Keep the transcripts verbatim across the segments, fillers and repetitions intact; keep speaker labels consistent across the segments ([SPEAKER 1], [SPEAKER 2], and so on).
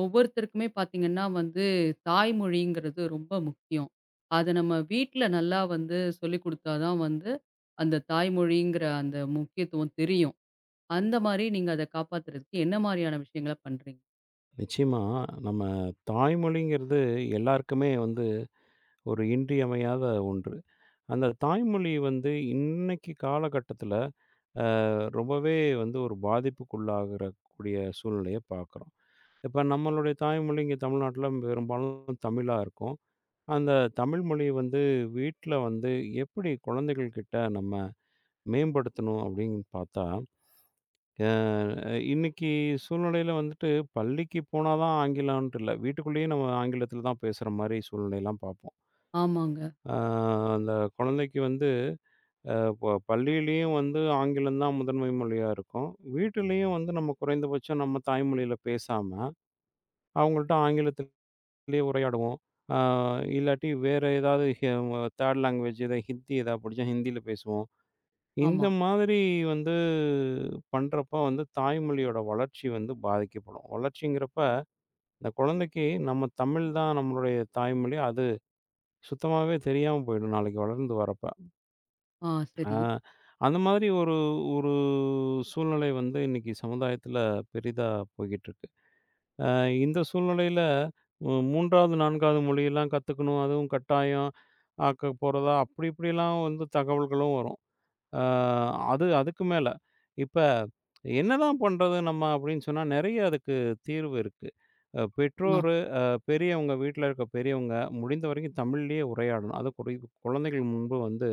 [SPEAKER 1] ஒவ்வொருத்தருக்குமே பார்த்தீங்கன்னா வந்து, தாய்மொழிங்கிறது ரொம்ப முக்கியம். அத நம்ம வீட்ல நல்லா வந்து சொல்லிக் குடுத்தா தான் வந்து, அந்த தாய்மொழிங்கிற அந்த முக்கியத்துவம் தெரியும். அந்த மாரி நீங்க அத காப்பாத்துறதுக்கு என்ன மாரியான விஷயங்கள பண்றீங்க?
[SPEAKER 2] நிச்சயமா, நம்ம தாய்மொழிங்கிறது எல்லாருக்குமே வந்து ஒரு இன்றியமையாத ஒன்று. அந்த தாய்மொழி வந்து இன்னைக்கு காலகட்டத்தில அ ரொம்பவே வந்து ஒரு பாதிப்புக்குள்ளாகறக்கூடிய சூழ்நிலைய பார்க்குறோம். இப்ப நம்மளுடைய தாய்மொழி இங்க தமிழ்நாட்டில பெரும்பாலும் தமிழா இருக்கும். அந்த தமிழ் மொழிய வந்து வீட்ல வந்து எப்படி குழந்தைகள் கிட்ட நம்ம மேம்படுத்தணும் அப்படின்னு பார்த்தா அ இன்னைக்கு சூழ்நிலையில வந்துட்டு பள்ளிக்கு போனா தான் ஆங்கிலம்ன்ட்டு இல்ல. வீட்டுக்குள்ளேயே நம்ம ஆங்கிலத்தில தான் பேசுற மாரி சூழ்நிலைலாம் பார்ப்போம்.
[SPEAKER 1] ஆமாங்க.
[SPEAKER 2] அ அந்த குழந்தைக்கு வந்து அ ப பள்ளியிலேயும் வந்து ஆங்கிலம் தான் முதன்மை மொழியா இருக்கும். வீட்டிலேயும் வந்து நம்ம குறைந்தபட்சம் நம்ம தாய்மொழியில பேசாம, அவங்கள்ட்ட ஆங்கிலத்திலேயே உரையாடுவோம். அ இல்லாட்டி வேற ஏதாவது ஹ மூன்று லாங்குவேஜ் ஏதாவது ஹிந்தி ஏதாவது பிடிச்சா ஹிந்தியில பேசுவோம். இந்த
[SPEAKER 1] ஆமா.
[SPEAKER 2] மாதிரி வந்து பண்றப்ப வந்து தாய்மொழியோட வளர்ச்சி வந்து பாதிக்கப்படும். வளர்ச்சிங்கிறப்ப, இந்த குழந்தைக்கு நம்ம தமிழ் தான் நம்மளுடைய தாய்மொழி. அது சுத்தமாவே தெரியாம போயிடும் நாளைக்கு வளர்ந்து வரப்ப.
[SPEAKER 1] ஆ,
[SPEAKER 2] ஆ
[SPEAKER 1] சரி.
[SPEAKER 2] அந்த மாதிரி ஒரு ஒரு சூழ்நிலை வந்து இன்னைக்கு சமுதாயத்துல பெரிதா போய்க்கிட்டுருக்கு. அ இந்த சூழ்நிலையில மு மூன்றாவது, நான்காவது மொழியெல்லாம் கத்துக்கணும். அதுவும் கட்டாயம் ஆக்க போறதா அப்படி இப்படிலாம் வந்து தகவல்களும் வரும். ஆ அது அதுக்கு மேல. இப்ப என்னதான் பண்றது நம்ம அப்படின்னு சொன்னா, நெறைய அதுக்கு தீர்வு இருக்கு. அ
[SPEAKER 1] ஆ.
[SPEAKER 2] பெற்றோரு அ பெரியவங்க வீட்ல இருக்க பெரியவங்க முடிந்த வரைக்கும் தமிழ்லயே உரையாடணும். அதுவும் குறை குழந்தைகள் முன்பு வந்து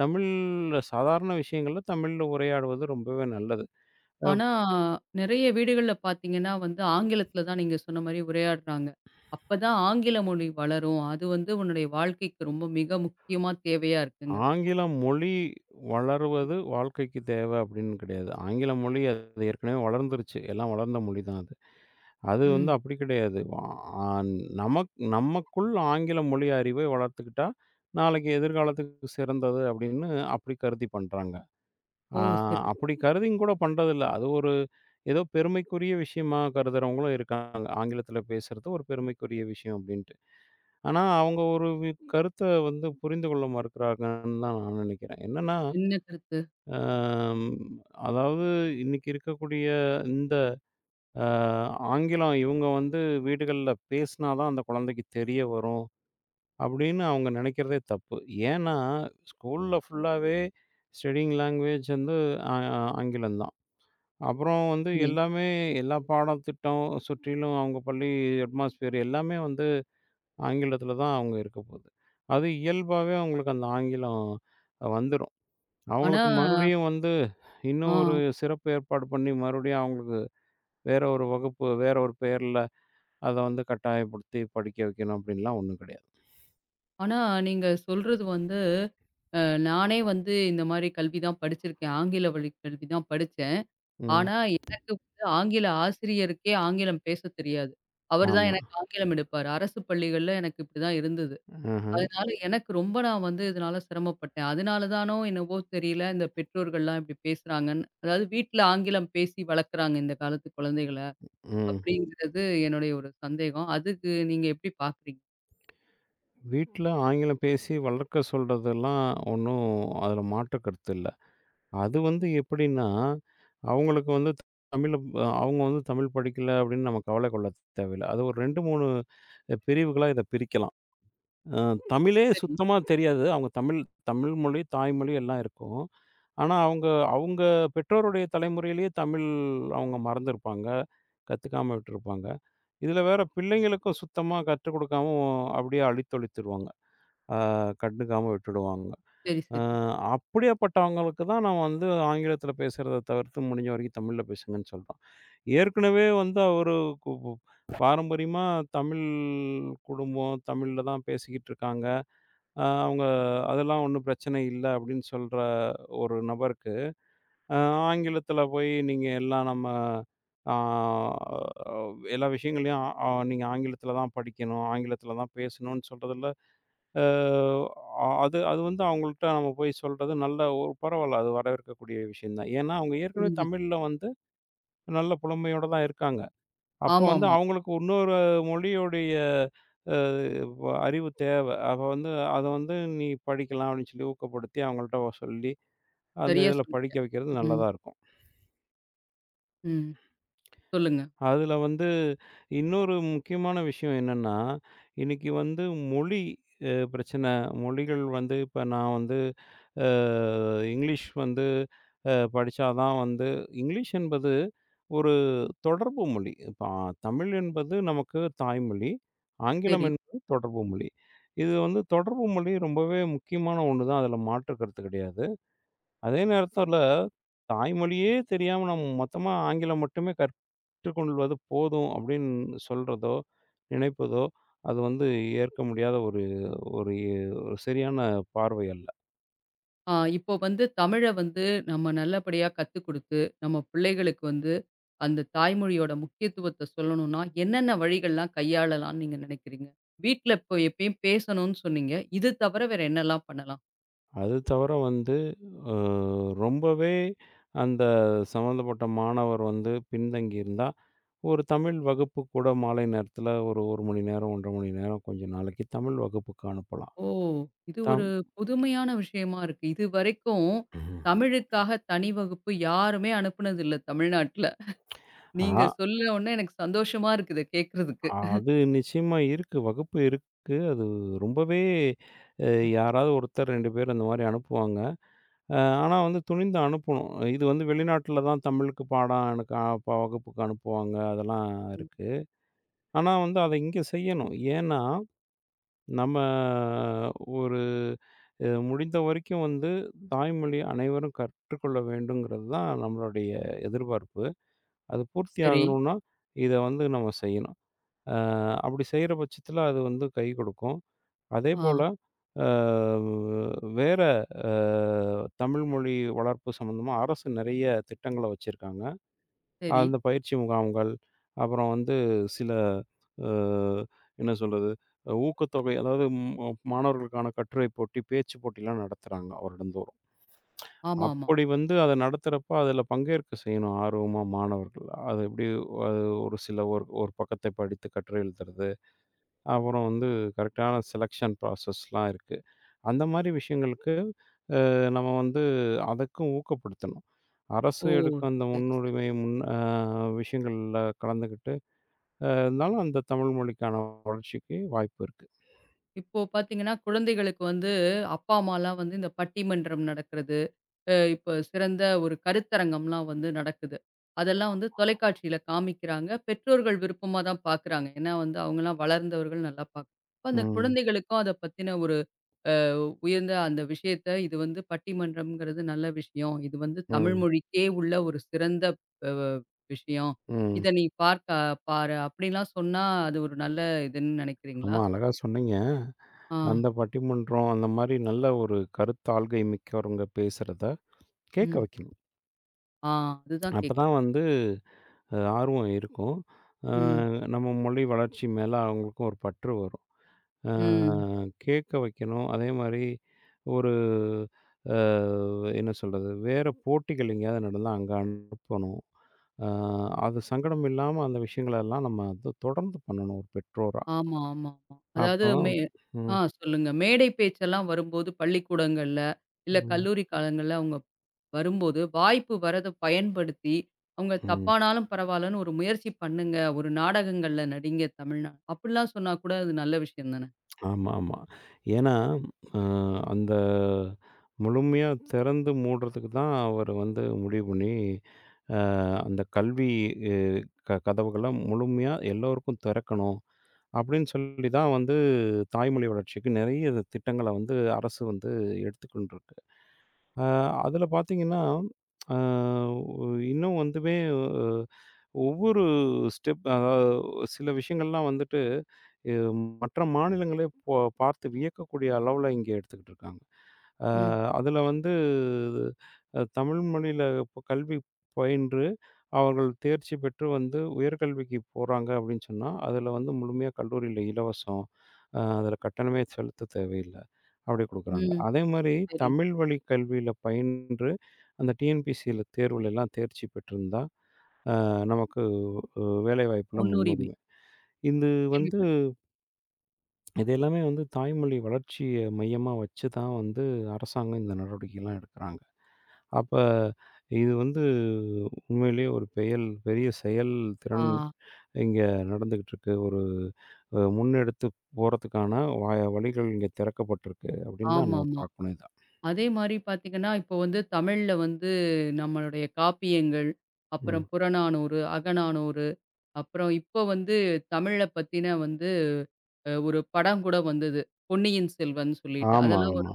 [SPEAKER 2] தமிழ்ல சாதாரண விஷயங்கள்ல தமிழ்ல உரையாடுவது ரொம்பவே நல்லது.
[SPEAKER 1] ஆனா நெறைய வீடுகள்ல பார்த்தீங்கன்னா வந்து, ஆங்கிலத்தில தான் நீங்க சொன்ன மாரி உரையாடுறாங்க. அப்பதான் ஆங்கில மொழி வளரும். அது வந்து உன்னுடைய வாழ்க்கைக்கு ரொம்ப மிக முக்கியமா தேவையா இருக்குங்கிறாங்க.
[SPEAKER 2] ஆங்கில மொழி வளருவது வாழ்க்கைக்கு தேவை அப்படின்னு கிடையாது. ஆங்கில மொழி அது ஏற்கனவே வளர்ந்துருச்சு. எல்லாம் வளர்ந்த மொழி தான் அது. அது வந்து
[SPEAKER 1] ம்.
[SPEAKER 2] அப்படி கிடையாது. ஆ நமக் நமக்குள் ஆங்கில மொழி அறிவை வளர்த்துக்கிட்டா, நாளைக்கு எதிர்காலத்துக்கு சிறந்தது அப்படின்னு அப்படி கருதி பண்றாங்க.
[SPEAKER 1] ஓ!
[SPEAKER 2] ஆ
[SPEAKER 1] சரி, சரி.
[SPEAKER 2] அப்படி கருதியும் கூட பண்றதில்ல. அது ஒரு ஏதோ பெருமைக்குரிய விஷயமா கருதுறவங்களும் இருக்காங்க. ஆங்கிலத்தில பேசுறது ஒரு பெருமைக்குரிய விஷயம் அப்படின்ட்டு. ஆனா, அவங்க ஒரு வி கருத்த வந்து புரிந்து கொள்ள மறுக்கிறாங்கன்னு தான் நான் நினைக்கிறேன். என்னன்னா,
[SPEAKER 1] என்ன கருத்து?
[SPEAKER 2] அ அதாவது இன்னைக்கு இருக்கக்கூடிய இந்த அ ஆங்கிலம் இவங்க வந்து வீடுகள்ல பேசினா தான் அந்த குழந்தைக்கு தெரிய வரும் அப்படின்னு அவங்க நினைக்கிறதே தப்பு. ஏன்னா, ஸ்கூல்ல ம். ஃபுல்லாவே ஸ்டடியிங் லாங்குவேஜ் வந்து ஆ ஆங்கிலம் தான். அப்புறம் வந்து
[SPEAKER 1] சரி.
[SPEAKER 2] எல்லாமே எல்லா பாடத்திட்டம் சுற்றிலும் அவங்க பள்ளி அட்மாஸ்பியர் எல்லாமே வந்து ஆங்கிலத்தில தான் அவங்க இருக்க போகுது. அது இயல்பாவே அவங்களுக்கு அந்த ஆங்கிலம் வந்துரும்.
[SPEAKER 1] ஆனா
[SPEAKER 2] அவங்களுக்கு மறுபடியும் வந்து
[SPEAKER 1] ஆ
[SPEAKER 2] இன்னும் ஒரு சிறப்பு ஏற்பாடு பண்ணி மறுபடியும் அவங்களுக்கு வேற ஒரு வகுப்பு, வேற ஒரு பெயர்ல அத வந்து கட்டாயப்படுத்தி படிக்க வைக்கணும் அப்படின்லாம் ஒண்ணும் கிடையாது.
[SPEAKER 1] ஆனா நீங்க சொல்றது வந்து, அ நானே வந்து இந்த மாரி கல்வி தான் படிச்சிருக்கேன். ஆங்கில வழி கல்வி தான் படிச்சேன்.
[SPEAKER 2] ம்.
[SPEAKER 1] ஆனா எனக்கு வந்து ஆங்கில ஆசிரியருக்கே ஆங்கிலம் பேசத் தெரியாது. அவரு தான்
[SPEAKER 2] ஆமா.
[SPEAKER 1] எனக்கு ஆங்கிலம் எடுப்பாரு. அரசு பள்ளிகள்ல எனக்கு இப்படிதான் இருந்தது.
[SPEAKER 2] ம்ஹ்ம்.
[SPEAKER 1] அதனால எனக்கு ரொம்ப நான் வந்து இதனால சிரமப்பட்டேன். அதனால தானோ என்னவோ தெரியல, இந்த பெற்றோர்கள்லாம் இப்படி பேசுறாங்கன்னு. அதாவது வீட்ல ஆங்கிலம் பேசி வளர்க்குறாங்க இந்த காலத்து குழந்தைகள,
[SPEAKER 2] ம்.
[SPEAKER 1] அப்படிங்கிறது என்னுடைய ஒரு சந்தேகம். அதுக்கு நீங்க எப்படி பார்க்குறீங்க?
[SPEAKER 2] வீட்ல ஆங்கிலம் பேசி வளர்க்க சொல்றதெல்லாம் ஒண்ணும் அதுல மாற்று கருத்து இல்ல. அது வந்து எப்படின்னா, அவங்களுக்கு வந்து தமிழ்ல அ அவங்க வந்து தமிழ் படிக்கல அப்படின்னு நம்ம கவலை கொள்ள தேவையில்ல. அது ஒரு இரண்டு, மூன்று பிரிவுகளா இத பிரிக்கலாம். அ தமிழே
[SPEAKER 1] சரி,
[SPEAKER 2] சுத்தமா தெரியாது. அவங்க தமிழ் தமிழ் மொழி, தாய்மொழி எல்லாம் இருக்கும். ஆனா, அவங்க அவங்க பெற்றோருடைய தலைமுறையிலேயே தமிழ் அவங்க மறந்திருப்பாங்க. கத்துக்காம விட்டுருப்பாங்க. இதில வேற பிள்ளைங்களுக்கும் சுத்தமா கற்றுக் கொடுக்காம அப்படியே அழித்தொழித்துருவாங்க. அ கண்டுக்காம விட்டுடுவாங்க.
[SPEAKER 1] சரி,
[SPEAKER 2] அ
[SPEAKER 1] சரி.
[SPEAKER 2] அப்படியாப்பட்டவங்களுக்கு தான் நான் வந்து ஆங்கிலத்தில பேசுறத தவிர்த்து முடிஞ்ச வரைக்கும் தமிழ்ல பேசுங்கன்னு சொல்றோம். ஏற்கனவே வந்து அவரு கு பாரம்பரியமா தமிழ் குடும்பம், தமிழ்ல தான் பேசிக்கிட்டு இருக்காங்க. அ அவங்க அதெல்லாம் ஒண்ணும் பிரச்சனை இல்ல அப்படின்னு சொல்ற ஒரு நபருக்கு, அ ஆங்கிலத்தில போய் நீங்க எல்லாம் நம்ம ஆ எல்லா விஷயங்களையும் அ நீங்க ஆங்கிலத்தில தான் படிக்கணும், ஆங்கிலத்தில தான் பேசணும்னு சொல்றதில, அ அது அது வந்து அவங்கள்ட்ட நம்ம போய் சொல்றது நல்ல ஒரு பரவாயில்ல. அது வரவேற்கக்கூடிய விஷயம் தான். ஏன்னா அவங்க ஏற்கனவே
[SPEAKER 1] புரிஞ்சுது.
[SPEAKER 2] தமிழ்ல வந்து நல்ல புலமையோட தான் இருக்காங்க. அப்போ வந்து
[SPEAKER 1] ஆமாமா.
[SPEAKER 2] அவங்களுக்கு இன்னொரு மொழியுடைய அ வ அறிவு தேவை. அப்ப வந்து அத வந்து நீ படிக்கலாம் அப்படின்னு சொல்லி ஊக்கப்படுத்தி அவங்கள்ட்ட வ- சொல்லி, அந்த
[SPEAKER 1] சரியா
[SPEAKER 2] இதில
[SPEAKER 1] சொன்னீங்க.
[SPEAKER 2] படிக்க வைக்கிறது
[SPEAKER 1] ம்,
[SPEAKER 2] நல்லதா இருக்கும்.
[SPEAKER 1] ம். சொல்லுங்க.
[SPEAKER 2] அதுல வந்து இன்னொரு முக்கியமான விஷயம் என்னன்னா, இன்னைக்கு வந்து மொழி அ பிரச்சனை. மொழிகள் வந்து இப்ப நான் வந்து அ இங்கிலீஷ் வந்து அ படிச்சா தான் வந்து இங்கிலீஷ் என்பது ஒரு தொடர்பு மொழி. இப்ப அ தமிழ் என்பது நமக்கு தாய்மொழி. ஆங்கிலம்
[SPEAKER 1] சரி.
[SPEAKER 2] என்பது தொடர்பு மொழி. இது வந்து தொடர்பு மொழி ரொம்பவே முக்கியமான ஒண்ணு தான். அதுல மாற்று கருத்து கிடையாது. அதே நேரத்துல தாய்மொழியே தெரியாம நம்ம மொத்தமா ஆங்கிலம் மட்டுமே கற் ஏற்றுக்கொள்வது போதும் அப்படின்னு சொல்றதோ, நினைப்பதோ, அது வந்து ஏற்க முடியாத ஒரு ஒரு ஒரு சரியான பார்வை அல்ல.
[SPEAKER 1] ஆ இப்போ வந்து தமிழ வந்து நம்ம நல்லபடியா கத்துக் குடுத்து, நம்ம பிள்ளைகளுக்கு வந்து அந்த தாய்மொழியோட முக்கியத்துவத்த சொல்லணும்னா, என்னென்ன வழிகள்லாம் கையாளலாம்ன்னு நீங்க நினைக்கிறீங்க? வீட்ல இப்போ எப்பயும் பேசணும்ன்னு சொன்னீங்க. இது தவிர வேற என்னலாம் பண்ணலாம்?
[SPEAKER 2] அது தவிர வந்து அ ரொம்பவே அந்த சம்மந்தப்பட்ட மாணவர் வந்து பின்தங்கி இருந்தா, ஒரு தமிழ் வகுப்பு கூட மாலை நேரத்தில ஒரு 1 மணி நேரம், ஒன்றரை மணி நேரம் கொஞ்ச நாளைக்கு தமிழ் வகுப்புக்கு அனுப்பலாம்.
[SPEAKER 1] ஓ! இது
[SPEAKER 2] தம்
[SPEAKER 1] ஒரு புதுமையான விஷயமா இருக்கு. இதுவரைக்கும் தமிழுக்காக தனி வகுப்பு யாருமே அனுப்புனது இல்ல தமிழ்நாட்ல.
[SPEAKER 2] ஆ
[SPEAKER 1] நீங்க சொல்ல உடனே எனக்கு சந்தோஷமா இருக்குது கேட்கறதுக்கு.
[SPEAKER 2] அது நிச்சயமா இருக்கு. வகுப்பு இருக்கு. அது ரொம்பவே அ யாராவது ஒருத்தர் இரண்டு பேர் அந்த மாரி அனுப்புவாங்க. அ ஆனா வந்து துணிந்து அனுப்பணும். இது வந்து வெளிநாட்டில தான் தமிழுக்கு பாடம் எனக்கு அ ப வகுப்புக்கு அனுப்புவாங்க. அதெல்லாம் இருக்கு. ஆனா வந்து அத இங்க செய்யணும். ஏன்னா, நம்ம ஒரு அ முடிந்த வரைக்கும் வந்து தாய்மொழி அனைவரும் கற்றுக்கொள்ள வேண்டுங்கிறது தான் நம்மளுடைய எதிர்பார்ப்பு. அது பூர்த்தி
[SPEAKER 1] சரி.
[SPEAKER 2] ஆகணும்னா, இத வந்து நம்ம செய்யணும். அ அப்படி செய்ற பட்சத்தில அது வந்து கை கொடுக்கும்.
[SPEAKER 1] ஆ,
[SPEAKER 2] அதேபோல, அ வேற அ தமிழ் மொழி வளர்ப்பு சம்மந்தமா அரசு நெறைய திட்டங்கள வச்சிருக்காங்க.
[SPEAKER 1] சரி.
[SPEAKER 2] அந்த பயிற்சி முகாம்கள், அப்புறம் வந்து சில அ என்ன சொல்றது? ஊக்கத்தொகை அதாவது ம மாணவர்களுக்கான கட்டுரை போட்டி, பேச்சு போட்டிலாம் நடத்துறாங்க வருடந்தோறும்.
[SPEAKER 1] ஆமாமா.
[SPEAKER 2] அப்படி வந்து அத நடத்துறப்ப அதில பங்கேற்க செய்யணும் ஆர்வமா மாணவர்கள். அது எப்படி அது ஒரு சில ஒரு ஒரு பக்கத்தை படித்து கட்டுரை எழுதுறது, அப்புறம் வந்து கரெக்டான செலக்ஷன் ப்ராசஸ்லாம் இருக்கு. அந்த மாரி விஷயங்களுக்கு அஹ், நம்ம வந்து அதுக்கும் ஊக்கப்படுத்தணும். அரசு
[SPEAKER 1] ஓ!
[SPEAKER 2] எடுக்கும் அந்த
[SPEAKER 1] சரி, சரி.
[SPEAKER 2] முன்னுரிமை முன் அ விஷயங்கள்ல கலந்துக்கிட்டு, அ இருந்தாலும் அந்த தமிழ் மொழிக்கான வளர்ச்சிக்கு வாய்ப்பு இருக்கு.
[SPEAKER 1] இப்போ பார்த்தீங்கன்னா, குழந்தைகளுக்கு வந்து அப்பா, அம்மாலாம் வந்து இந்த பட்டிமன்றம் நடக்கிறது, அ இப்போ சிறந்த ஒரு கருத்தரங்கம்லாம் வந்து நடக்குது. அதெல்லாம் வந்து தொலைக்காட்சியில காமிக்கிறாங்க. பெற்றோர்கள் விருப்பமா தான் பார்க்குறாங்க. ஏன்னா வந்து அவங்கலாம் வளர்ந்தவர்கள் நல்லா பார்க்க அப்ப அந்த
[SPEAKER 2] ம்,
[SPEAKER 1] குழந்தைகளுக்கும் அத பத்தின ஒரு உயர்ந்த அந்த விஷயத்த இது வந்து பட்டிமன்றம்ங்கிறது நல்ல விஷயம். இது வந்து தமிழ்
[SPEAKER 2] ம்,
[SPEAKER 1] மொழிக்கே உள்ள ஒரு சிறந்த அ விஷயம்.
[SPEAKER 2] ம்.
[SPEAKER 1] இத நீ பார்க்க பாரு அப்படிலாம் சொன்னா, அது ஒரு நல்ல இதுன்னு நினைக்கிறீங்களா?
[SPEAKER 2] ஆமா, அழகா சொன்னீங்க.
[SPEAKER 1] ஆ,
[SPEAKER 2] அந்த பட்டிமன்றம் அந்த மாரி நல்ல ஒரு கருத்தாள்கை மிக்கவங்க பேசுறத கேட்க
[SPEAKER 1] ம்.
[SPEAKER 2] வைக்கணும்.
[SPEAKER 1] ஆ அதுதான்
[SPEAKER 2] அப்பதான்
[SPEAKER 1] கேட்கிறேன்.
[SPEAKER 2] வந்து அ ஆர்வம் இருக்கும். அ
[SPEAKER 1] ம்,
[SPEAKER 2] நம்ம மொழி வளர்ச்சி மேல அவங்களுக்கும் ஒரு பற்று வரும். ஆ
[SPEAKER 1] ம்.
[SPEAKER 2] கேட்க வைக்கணும். அதே மாரி ஒரு அ என்ன சொல்றது? வேற போட்டிகள் எங்கேயாவது நடந்தா அங்க அனுப்பணும். ஆ அது சங்கடம் இல்லாம அந்த விஷயங்களெல்லாம் நம்ம வந்து தொடர்ந்து பண்ணணும் ஒரு பெற்றோரா.
[SPEAKER 1] ஆமா, ஆமா, ஆமா. அதாவது
[SPEAKER 2] அப்போ
[SPEAKER 1] மே
[SPEAKER 2] ம்,
[SPEAKER 1] ஆ சொல்லுங்க. மேடை பேச்செல்லாம் வரும்போது பள்ளிக்கூடங்கள்ல, இல்ல
[SPEAKER 2] ம்,
[SPEAKER 1] கல்லூரி காலங்கள்ல அவங்க வரும்போது, வாய்ப்பு வரத பயன்படுத்தி, அவங்க
[SPEAKER 2] ம்.
[SPEAKER 1] தப்பானாலும் பரவாயில்லன்னு ஒரு முயற்சி பண்ணுங்க. ஒரு நாடகங்கள்ல நடிங்க தமிழ்நா அப்படிலாம் சொன்னா கூட அது நல்ல விஷயம் தானே.
[SPEAKER 2] ஆமா, ஆமா. ஏன்னா, அ அந்த முழுமையா திறந்து மூடுறதுக்கு தான் அவரு வந்து முடிவு பண்ணி, அ அந்த கல்வி அ க கதவுகள முழுமையா எல்லோருக்கும் திறக்கணும். அப்படின்னு சொல்லி தான் வந்து தாய்மொழி வளர்ச்சிக்கு நிறைய இது திட்டங்கள வந்து அரசு வந்து எடுத்துக்கொண்டிருக்கு. அ அதில பார்த்தீங்கன்னா, அ இன்னும் வந்துமே ஒவ்வொரு ஸ்டெப் அதாவது சில விஷயங்கள்லாம் வந்துட்டு, அ மற்ற மாநிலங்களே போ பார்த்து வியக்கக்கூடிய அளவுல இங்க எடுத்துக்கிட்டு இருக்காங்க. அ
[SPEAKER 1] ம்,
[SPEAKER 2] அதுல வந்து அ தமிழ் மொழியில இப்ப கல்வி பயின்று, அவர்கள் தேர்ச்சி பெற்று வந்து உயர்கல்விக்கு போறாங்க அப்படின்னு சொன்னா, அதுல வந்து முழுமையா கல்லூரியில இலவசம். அ அதுல கட்டணமே செலுத்த தேவையில்ல. அப்படி குடுக்குறாங்க.
[SPEAKER 1] ம்.
[SPEAKER 2] அதே மாரி
[SPEAKER 1] சரி.
[SPEAKER 2] தமிழ் வழி கல்வியில பயின்று, அந்த டிஎன்பிசியில தேர்வுல எல்லாம் தேர்ச்சி பெற்றிருந்தா நமக்கு அ வேலைவாய்ப்புல
[SPEAKER 1] முன்னுரிமை.
[SPEAKER 2] முன்னுரிமை. இது வந்து
[SPEAKER 1] கேள்விப்பட்டேன்.
[SPEAKER 2] இது எல்லாமே வந்து தாய்மொழி வளர்ச்சிய மையமா வச்சு தான் வந்து அரசாங்கம் இந்த நடவடிக்கைலாம் எடுக்குறாங்க. அப்ப இது வந்து உண்மையிலேயே ஒரு பெயல் பெரிய செயல்
[SPEAKER 1] ஆ.
[SPEAKER 2] திறன் இங்க நடந்துகிட்டு இருக்கு. ஒரு அ முன்னெடுத்து போறதுக்கான வ வழிகள் இங்க திறக்கப்பட்டிருக்கு அப்படின்னு தான் நம்ம
[SPEAKER 1] ஆமாமா.
[SPEAKER 2] பார்க்கணும் இத.
[SPEAKER 1] அதே மாரி பார்த்தீங்கன்னா, இப்போ வந்து தமிழ்ல வந்து நம்மளுடைய காப்பியங்கள்,
[SPEAKER 2] ம்.
[SPEAKER 1] அப்புறம் புறநானூறு, அகநானூறு அப்புறம் இப்போ வந்து தமிழ பத்தின வந்து அ ஒரு படம் கூட வந்தது. பொன்னியின் செல்வன் சொல்லிட்டு.
[SPEAKER 2] ஆமா,
[SPEAKER 1] அதெல்லாம் ஒரு
[SPEAKER 2] ஆமாமா.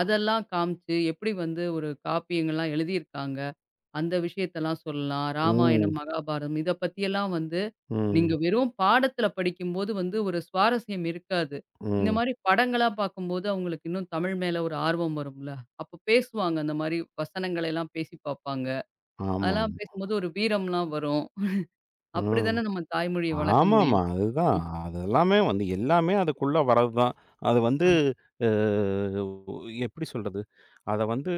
[SPEAKER 1] அதெல்லாம் காமிச்சு எப்படி வந்து ஒரு காப்பியங்கள்லாம் எழுதியிருக்காங்க. அந்த விஷயத்தெல்லாம் சொல்லலாம். ராமாயணம்,
[SPEAKER 2] ம்.
[SPEAKER 1] மகாபாரதம் இத பத்தியெல்லாம் வந்து நீங்க
[SPEAKER 2] ம்.
[SPEAKER 1] வெறும் பாடத்துல படிக்கும்போது வந்து ஒரு சுவாரஸ்யம் இருக்காது. இந்த
[SPEAKER 2] ம்.
[SPEAKER 1] மாரி படங்களா பார்க்கும்போது அவங்களுக்கு இன்னும் தமிழ் மேல ஒரு ஆர்வம் வரும்ல. அப்ப பேசுவாங்க அந்த மாரி வசனங்களை எல்லாம் பேசி பார்ப்பாங்க.
[SPEAKER 2] ஆமா,
[SPEAKER 1] அதெல்லாம்
[SPEAKER 2] ஆமா.
[SPEAKER 1] பேசும்போது ஒரு வீரம்லாம் வரும். அப்படி
[SPEAKER 2] ம்.
[SPEAKER 1] தானே நம்ம தாய்மொழிய வளர்க்க
[SPEAKER 2] ஆமாமா.
[SPEAKER 1] முடியும்.
[SPEAKER 2] அதுதான். அது எல்லாமே வந்து எல்லாமே அதுக்குள்ள வர்றதுதான். அது வந்து
[SPEAKER 1] ஆ,
[SPEAKER 2] அ எப்படி சொல்றது? அத வந்து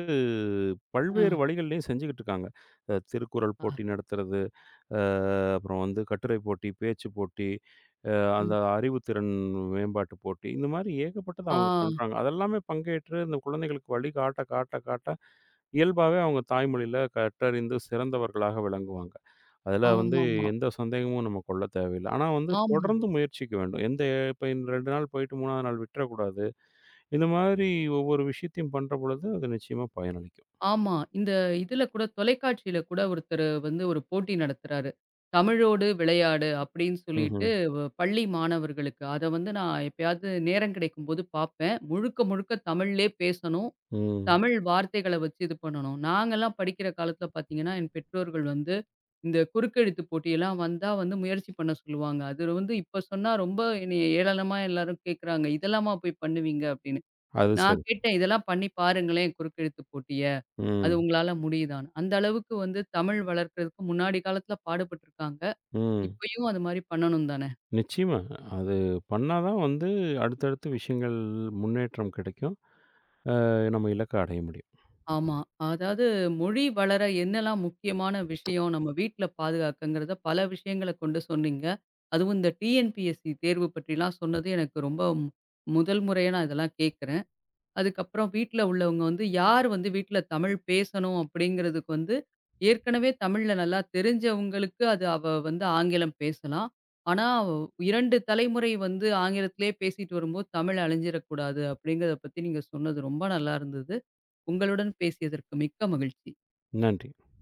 [SPEAKER 1] ஆ,
[SPEAKER 2] பல்வேறு வழிகள்லயும் செஞ்சுகிட்டு இருக்காங்க. அ திருக்குறள்
[SPEAKER 1] ஆ,
[SPEAKER 2] போட்டி நடத்துறது, அ அப்புறம் வந்து கட்டுரை போட்டி, பேச்சு போட்டி, அ அந்த
[SPEAKER 1] ம்.
[SPEAKER 2] அறிவுத்திறன் மேம்பாட்டு போட்டி, இந்த மாரி ஏகப்பட்டது அவங்க
[SPEAKER 1] ஆ,
[SPEAKER 2] பண்றாங்க. அதெல்லாமே பங்கேற்று இந்த குழந்தைகளுக்கு வழி காட்ட, காட்ட, காட்ட இயல்பாவே அவங்க தாய்மொழியில கற்றறிந்து சிறந்தவர்களாக விளங்குவாங்க. அதுல வந்து
[SPEAKER 1] ஆமாமா.
[SPEAKER 2] எந்த சந்தேகமும் நம்ம கொள்ள தேவையில்ல. ஆனா வந்து
[SPEAKER 1] ஆமா,
[SPEAKER 2] தொடர்ந்து முயற்சிக்க வேண்டும். எந்த இப்ப இரண்டு நாள் போயிட்டு மூன்றாவது நாள் விட்டுறக்கூடாது. இந்த மாதிரி ஒவ்வொரு விஷயத்தையும் பண்ற பொழுது அது நிச்சயமா பயனளிக்கும்.
[SPEAKER 1] ஆமா. இந்த இதுல கூட தொலைக்காட்சியில கூட ஒருத்தரு வந்து ஒரு போட்டி நடத்துறாரு. தமிழோடு விளையாடு அப்படின்னு சொல்லிட்டு
[SPEAKER 2] ம்ஹ்ம்.
[SPEAKER 1] வ பள்ளி மாணவர்களுக்கு. அத வந்து நான் எப்பயாவது நேரம் கிடைக்கும்போது பார்ப்பேன். முழுக்க முழுக்க தமிழ்லயே பேசணும்.
[SPEAKER 2] ம்.
[SPEAKER 1] தமிழ் வார்த்தைகள வச்சு இது பண்ணணும். நாங்கலாம் படிக்கிற காலத்துல பார்த்தீங்கன்னா, என் பெற்றோர்கள் வந்து இந்த குறுக்கெழுத்து போட்டியெல்லாம் வந்தா வந்து முயற்சி பண்ண சொல்லுவாங்க. அது வந்து இப்ப சொன்னா ரொம்ப என்னைய ஏளனமா எல்லாரும் கேட்குறாங்க. "இதெல்லாமா போய் பண்ணுவீங்க?" அப்படின்னு.
[SPEAKER 2] அது
[SPEAKER 1] நான்
[SPEAKER 2] சரி.
[SPEAKER 1] கேட்டேன், "இதெல்லாம் பண்ணி பாருங்களேன் குறுக்கெழுத்து போட்டிய. அது
[SPEAKER 2] ம்.
[SPEAKER 1] உங்களால முடியுதான்னு." அந்த அளவுக்கு வந்து தமிழ் வளர்க்கறதுக்கு முன்னாடி காலத்துல பாடுபட்டுருக்காங்க.
[SPEAKER 2] ம்.
[SPEAKER 1] இப்பயும் அது மாரி பண்ணணும் தானே!
[SPEAKER 2] நிச்சயமா. அது பண்ணா தான் வந்து அடுத்தடுத்து விஷயங்கள் முன்னேற்றம் கிடைக்கும். அ நம்ம இலக்க அடைய முடியும்.
[SPEAKER 1] ஆமா. அதாவது மொழி வளர என்னலாம் முக்கியமான விஷயம் நம்ம வீட்ல பாதுகாக்கங்கிறத பல விஷயங்கள கொண்டு சொன்னீங்க. அதுவும் இந்த T N P S C தேர்வு பற்றிலாம் சொன்னது எனக்கு ரொம்ப மு- முதல் முறையா நான் இதெல்லாம் கேட்கிறேன். அதுக்கப்புறம் வீட்ல உள்ளவங்க வந்து யார் வந்து வீட்ல தமிழ் பேசணும் அப்படிங்கிறதுக்கு வந்து ஏற்கனவே தமிழ்ல நல்லா தெரிஞ்சவங்களுக்கு அது அவ வந்து ஆங்கிலம் பேசலாம். ஆனா இரண்டு தலைமுறை வந்து ஆங்கிலத்திலேயே பேசிட்டு வரும்போது தமிழ் அழிஞ்சிடக்கூடாது அப்படிங்கிறத பத்தி நீங்க சொன்னது ரொம்ப நல்லா இருந்தது. உங்களுடன் பேசியதற்கு மிக்க மகிழ்ச்சி.
[SPEAKER 2] நன்றி.